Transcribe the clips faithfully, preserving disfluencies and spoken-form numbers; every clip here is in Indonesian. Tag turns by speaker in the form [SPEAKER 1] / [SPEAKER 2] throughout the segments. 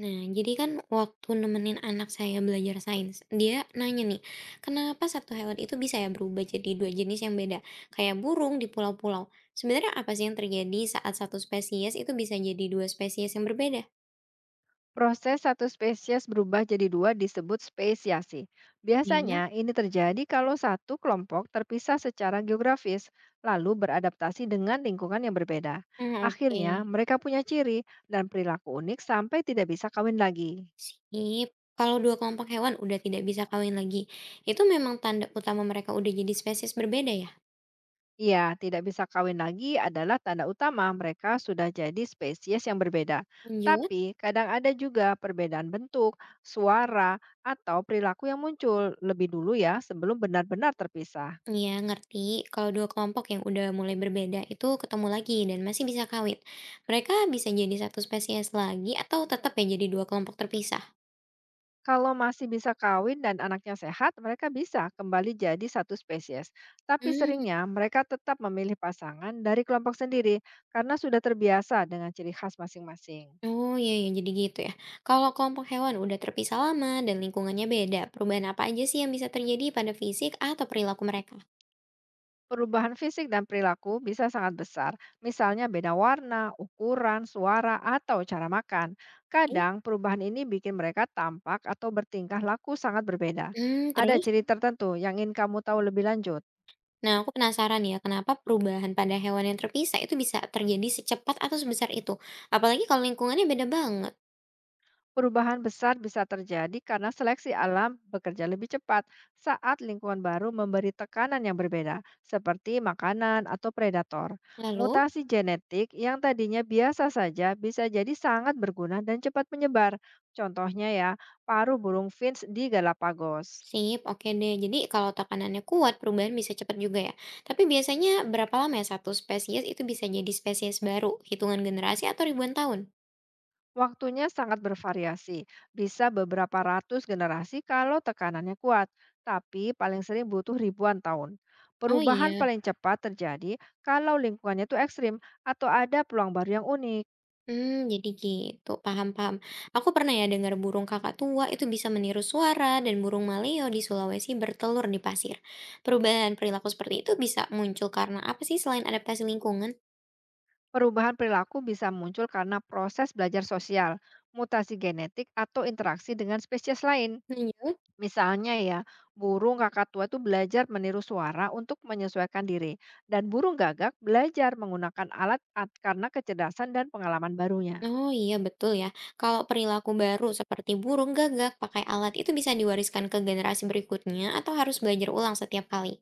[SPEAKER 1] Nah, jadi kan waktu nemenin anak saya belajar sains, dia nanya nih, kenapa satu hewan itu bisa ya berubah jadi dua jenis yang beda, kayak burung di pulau-pulau. Sebenarnya apa sih yang terjadi saat satu spesies itu bisa jadi dua spesies yang berbeda?
[SPEAKER 2] Proses satu spesies berubah jadi dua disebut spesiasi.
[SPEAKER 1] Ya.
[SPEAKER 2] Biasanya ini terjadi kalau satu kelompok terpisah secara geografis, lalu beradaptasi dengan lingkungan yang berbeda.
[SPEAKER 1] Hmm, oke.
[SPEAKER 2] Akhirnya, mereka punya ciri dan perilaku unik sampai tidak bisa kawin lagi.
[SPEAKER 1] Ih, kalau dua kelompok hewan udah tidak bisa kawin lagi, itu memang tanda utama mereka udah jadi spesies berbeda ya?
[SPEAKER 2] Iya, tidak bisa kawin lagi adalah tanda utama mereka sudah jadi spesies yang berbeda.
[SPEAKER 1] Lanjut.
[SPEAKER 2] Tapi kadang ada juga perbedaan bentuk, suara, atau perilaku yang muncul lebih dulu ya sebelum benar-benar terpisah.
[SPEAKER 1] Iya, ngerti. Kalau dua kelompok yang udah mulai berbeda itu ketemu lagi dan masih bisa kawin. Mereka bisa jadi satu spesies lagi atau tetap ya jadi dua kelompok terpisah?
[SPEAKER 2] Kalau masih bisa kawin dan anaknya sehat, mereka bisa kembali jadi satu spesies. Tapi
[SPEAKER 1] Hmm.
[SPEAKER 2] seringnya mereka tetap memilih pasangan dari kelompok sendiri karena sudah terbiasa dengan ciri khas masing-masing.
[SPEAKER 1] Oh iya, iya jadi gitu ya. Kalau kelompok hewan udah terpisah lama dan lingkungannya beda, perubahan apa aja sih yang bisa terjadi pada fisik atau perilaku mereka?
[SPEAKER 2] Perubahan fisik dan perilaku bisa sangat besar, misalnya beda warna, ukuran, suara, atau cara makan.
[SPEAKER 1] Oke.
[SPEAKER 2] Kadang perubahan ini bikin mereka tampak atau bertingkah laku sangat berbeda.
[SPEAKER 1] Hmm,
[SPEAKER 2] Ada
[SPEAKER 1] terus?
[SPEAKER 2] ciri tertentu yang ingin kamu tahu lebih lanjut.
[SPEAKER 1] Nah, aku penasaran ya, kenapa perubahan pada hewan yang terpisah itu bisa terjadi secepat atau sebesar itu? Apalagi kalau lingkungannya beda banget.
[SPEAKER 2] Perubahan besar bisa terjadi karena seleksi alam bekerja lebih cepat saat lingkungan baru memberi tekanan yang berbeda, seperti makanan atau predator.
[SPEAKER 1] Lalu?
[SPEAKER 2] Mutasi genetik yang tadinya biasa saja bisa jadi sangat berguna dan cepat menyebar. Contohnya ya, paru burung finch di Galapagos.
[SPEAKER 1] Sip, oke deh. Jadi kalau tekanannya kuat, perubahan bisa cepat juga ya. Tapi biasanya berapa lama ya satu spesies itu bisa jadi spesies baru? Hitungan generasi atau ribuan tahun?
[SPEAKER 2] Waktunya sangat bervariasi, bisa beberapa ratus generasi kalau tekanannya kuat, tapi paling sering butuh ribuan tahun.
[SPEAKER 1] Oh
[SPEAKER 2] Perubahan
[SPEAKER 1] iya.
[SPEAKER 2] paling cepat terjadi kalau lingkungannya itu ekstrim atau ada peluang baru yang unik.
[SPEAKER 1] Hmm, jadi gitu. Paham-paham. Aku pernah ya dengar burung kakak tua itu bisa meniru suara dan burung maleo di Sulawesi bertelur di pasir. Perubahan perilaku seperti itu bisa muncul karena apa sih selain adaptasi lingkungan?
[SPEAKER 2] Perubahan perilaku bisa muncul karena proses belajar sosial, mutasi genetik, atau interaksi dengan spesies lain.
[SPEAKER 1] Hmm.
[SPEAKER 2] Misalnya ya, burung kakatua tua itu belajar meniru suara untuk menyesuaikan diri, dan burung gagak belajar menggunakan alat at- karena kecerdasan dan pengalaman barunya.
[SPEAKER 1] Oh iya betul ya. Kalau perilaku baru seperti burung gagak pakai alat itu bisa diwariskan ke generasi berikutnya atau harus belajar ulang setiap kali?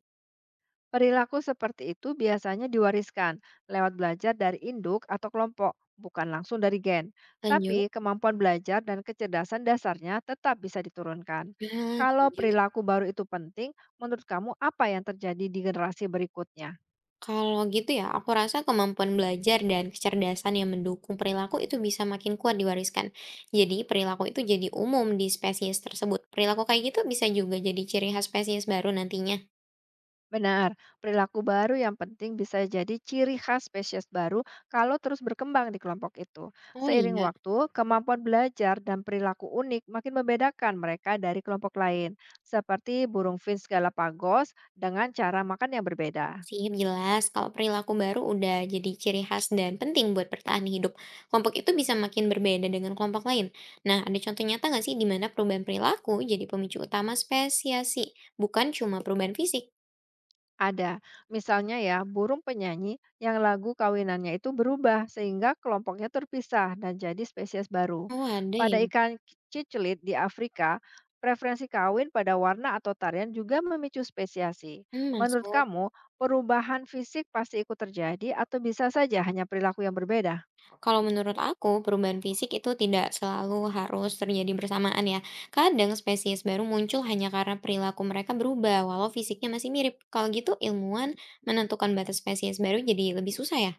[SPEAKER 2] Perilaku seperti itu biasanya diwariskan lewat belajar dari induk atau kelompok, bukan langsung dari gen.
[SPEAKER 1] Lanjut.
[SPEAKER 2] Tapi kemampuan belajar dan kecerdasan dasarnya tetap bisa diturunkan.
[SPEAKER 1] Nah,
[SPEAKER 2] Kalau
[SPEAKER 1] setuju.
[SPEAKER 2] perilaku baru itu penting, menurut kamu apa yang terjadi di generasi berikutnya?
[SPEAKER 1] Kalau gitu ya, aku rasa kemampuan belajar dan kecerdasan yang mendukung perilaku itu bisa makin kuat diwariskan. Jadi perilaku itu jadi umum di spesies tersebut. Perilaku kayak gitu bisa juga jadi ciri khas spesies baru nantinya.
[SPEAKER 2] Benar, perilaku baru yang penting bisa jadi ciri khas spesies baru kalau terus berkembang di kelompok itu.
[SPEAKER 1] Oh
[SPEAKER 2] Seiring
[SPEAKER 1] iya.
[SPEAKER 2] waktu, kemampuan belajar dan perilaku unik makin membedakan mereka dari kelompok lain, seperti burung finch Galapagos dengan cara makan yang berbeda.
[SPEAKER 1] Sih, jelas. Kalau perilaku baru udah jadi ciri khas dan penting buat bertahan hidup. Kelompok itu bisa makin berbeda dengan kelompok lain. Nah, ada contoh nyata nggak sih di mana perubahan perilaku jadi pemicu utama spesiasi, bukan cuma perubahan fisik?
[SPEAKER 2] Ada, misalnya ya, burung penyanyi yang lagu kawinannya itu berubah sehingga kelompoknya terpisah dan jadi spesies baru.
[SPEAKER 1] Oh, ada
[SPEAKER 2] Pada
[SPEAKER 1] ya.
[SPEAKER 2] ikan ciclit di Afrika, preferensi kawin pada warna atau tarian juga memicu spesiasi.
[SPEAKER 1] Hmm,
[SPEAKER 2] Menurut
[SPEAKER 1] masuk.
[SPEAKER 2] kamu, perubahan fisik pasti ikut terjadi atau bisa saja hanya perilaku yang berbeda?
[SPEAKER 1] Kalau menurut aku, perubahan fisik itu tidak selalu harus terjadi bersamaan ya. Kadang spesies baru muncul hanya karena perilaku mereka berubah, walau fisiknya masih mirip. Kalau gitu, ilmuwan menentukan batas spesies baru jadi lebih susah ya?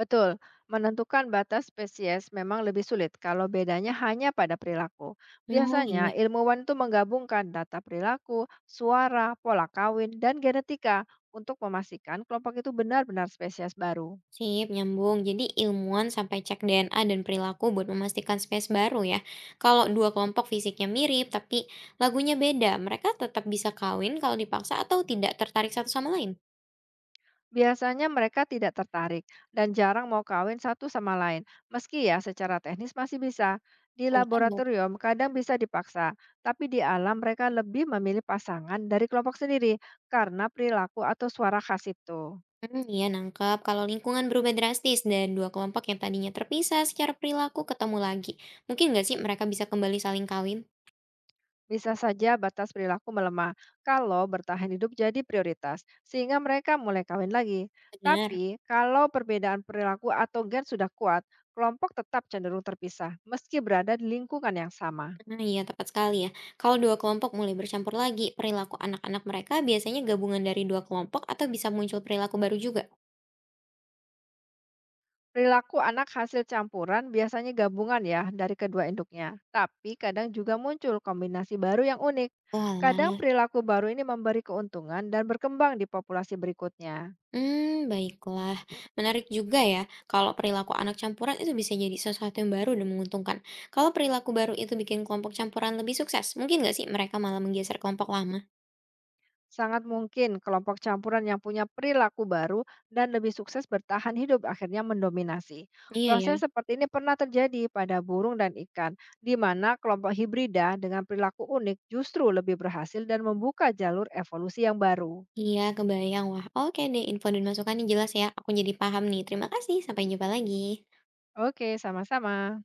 [SPEAKER 2] Betul, menentukan batas spesies memang lebih sulit kalau bedanya hanya pada perilaku.
[SPEAKER 1] Oh,
[SPEAKER 2] Biasanya,
[SPEAKER 1] iya.
[SPEAKER 2] ilmuwan itu menggabungkan data perilaku, suara, pola kawin, dan genetika untuk memastikan kelompok itu benar-benar spesies baru.
[SPEAKER 1] Sip, nyambung. Jadi ilmuwan sampai cek D N A dan perilaku buat memastikan spesies baru ya. Kalau dua kelompok fisiknya mirip tapi lagunya beda, mereka tetap bisa kawin kalau dipaksa atau tidak tertarik satu sama lain.
[SPEAKER 2] Biasanya mereka tidak tertarik dan jarang mau kawin satu sama lain, meski ya secara teknis masih bisa. Di
[SPEAKER 1] Baru tahu.
[SPEAKER 2] laboratorium kadang bisa dipaksa, tapi di alam mereka lebih memilih pasangan dari kelompok sendiri karena perilaku atau suara khas itu.
[SPEAKER 1] Hmm, iya nangkep. Kalau lingkungan berubah drastis dan dua kelompok yang tadinya terpisah secara perilaku ketemu lagi, mungkin nggak sih mereka bisa kembali saling kawin?
[SPEAKER 2] Bisa saja batas perilaku melemah kalau bertahan hidup jadi prioritas, sehingga mereka mulai kawin lagi.
[SPEAKER 1] Benar.
[SPEAKER 2] Tapi, kalau perbedaan perilaku atau gen sudah kuat, kelompok tetap cenderung terpisah, meski berada di lingkungan yang sama.
[SPEAKER 1] Nah, iya tepat sekali ya. Kalau dua kelompok mulai bercampur lagi, perilaku anak-anak mereka biasanya gabungan dari dua kelompok atau bisa muncul perilaku baru juga.
[SPEAKER 2] Perilaku anak hasil campuran biasanya gabungan ya dari kedua induknya, tapi kadang juga muncul kombinasi baru yang unik. Kadang
[SPEAKER 1] Oalah,
[SPEAKER 2] perilaku baru ini memberi keuntungan dan berkembang di populasi berikutnya.
[SPEAKER 1] hmm, baiklah. Menarik juga ya, kalau perilaku anak campuran itu bisa jadi sesuatu yang baru dan menguntungkan. Kalau perilaku baru itu bikin kelompok campuran lebih sukses, mungkin nggak sih mereka malah menggeser kelompok lama?
[SPEAKER 2] Sangat mungkin kelompok campuran yang punya perilaku baru dan lebih sukses bertahan hidup akhirnya mendominasi.
[SPEAKER 1] Iya ya?
[SPEAKER 2] Proses seperti ini pernah terjadi pada burung dan ikan, di mana kelompok hibrida dengan perilaku unik justru lebih berhasil dan membuka jalur evolusi yang baru.
[SPEAKER 1] Iya, kebayang. Wah, oke deh info dan masukannya jelas ya, aku jadi paham nih. Terima kasih, sampai jumpa lagi.
[SPEAKER 2] Oke, sama-sama.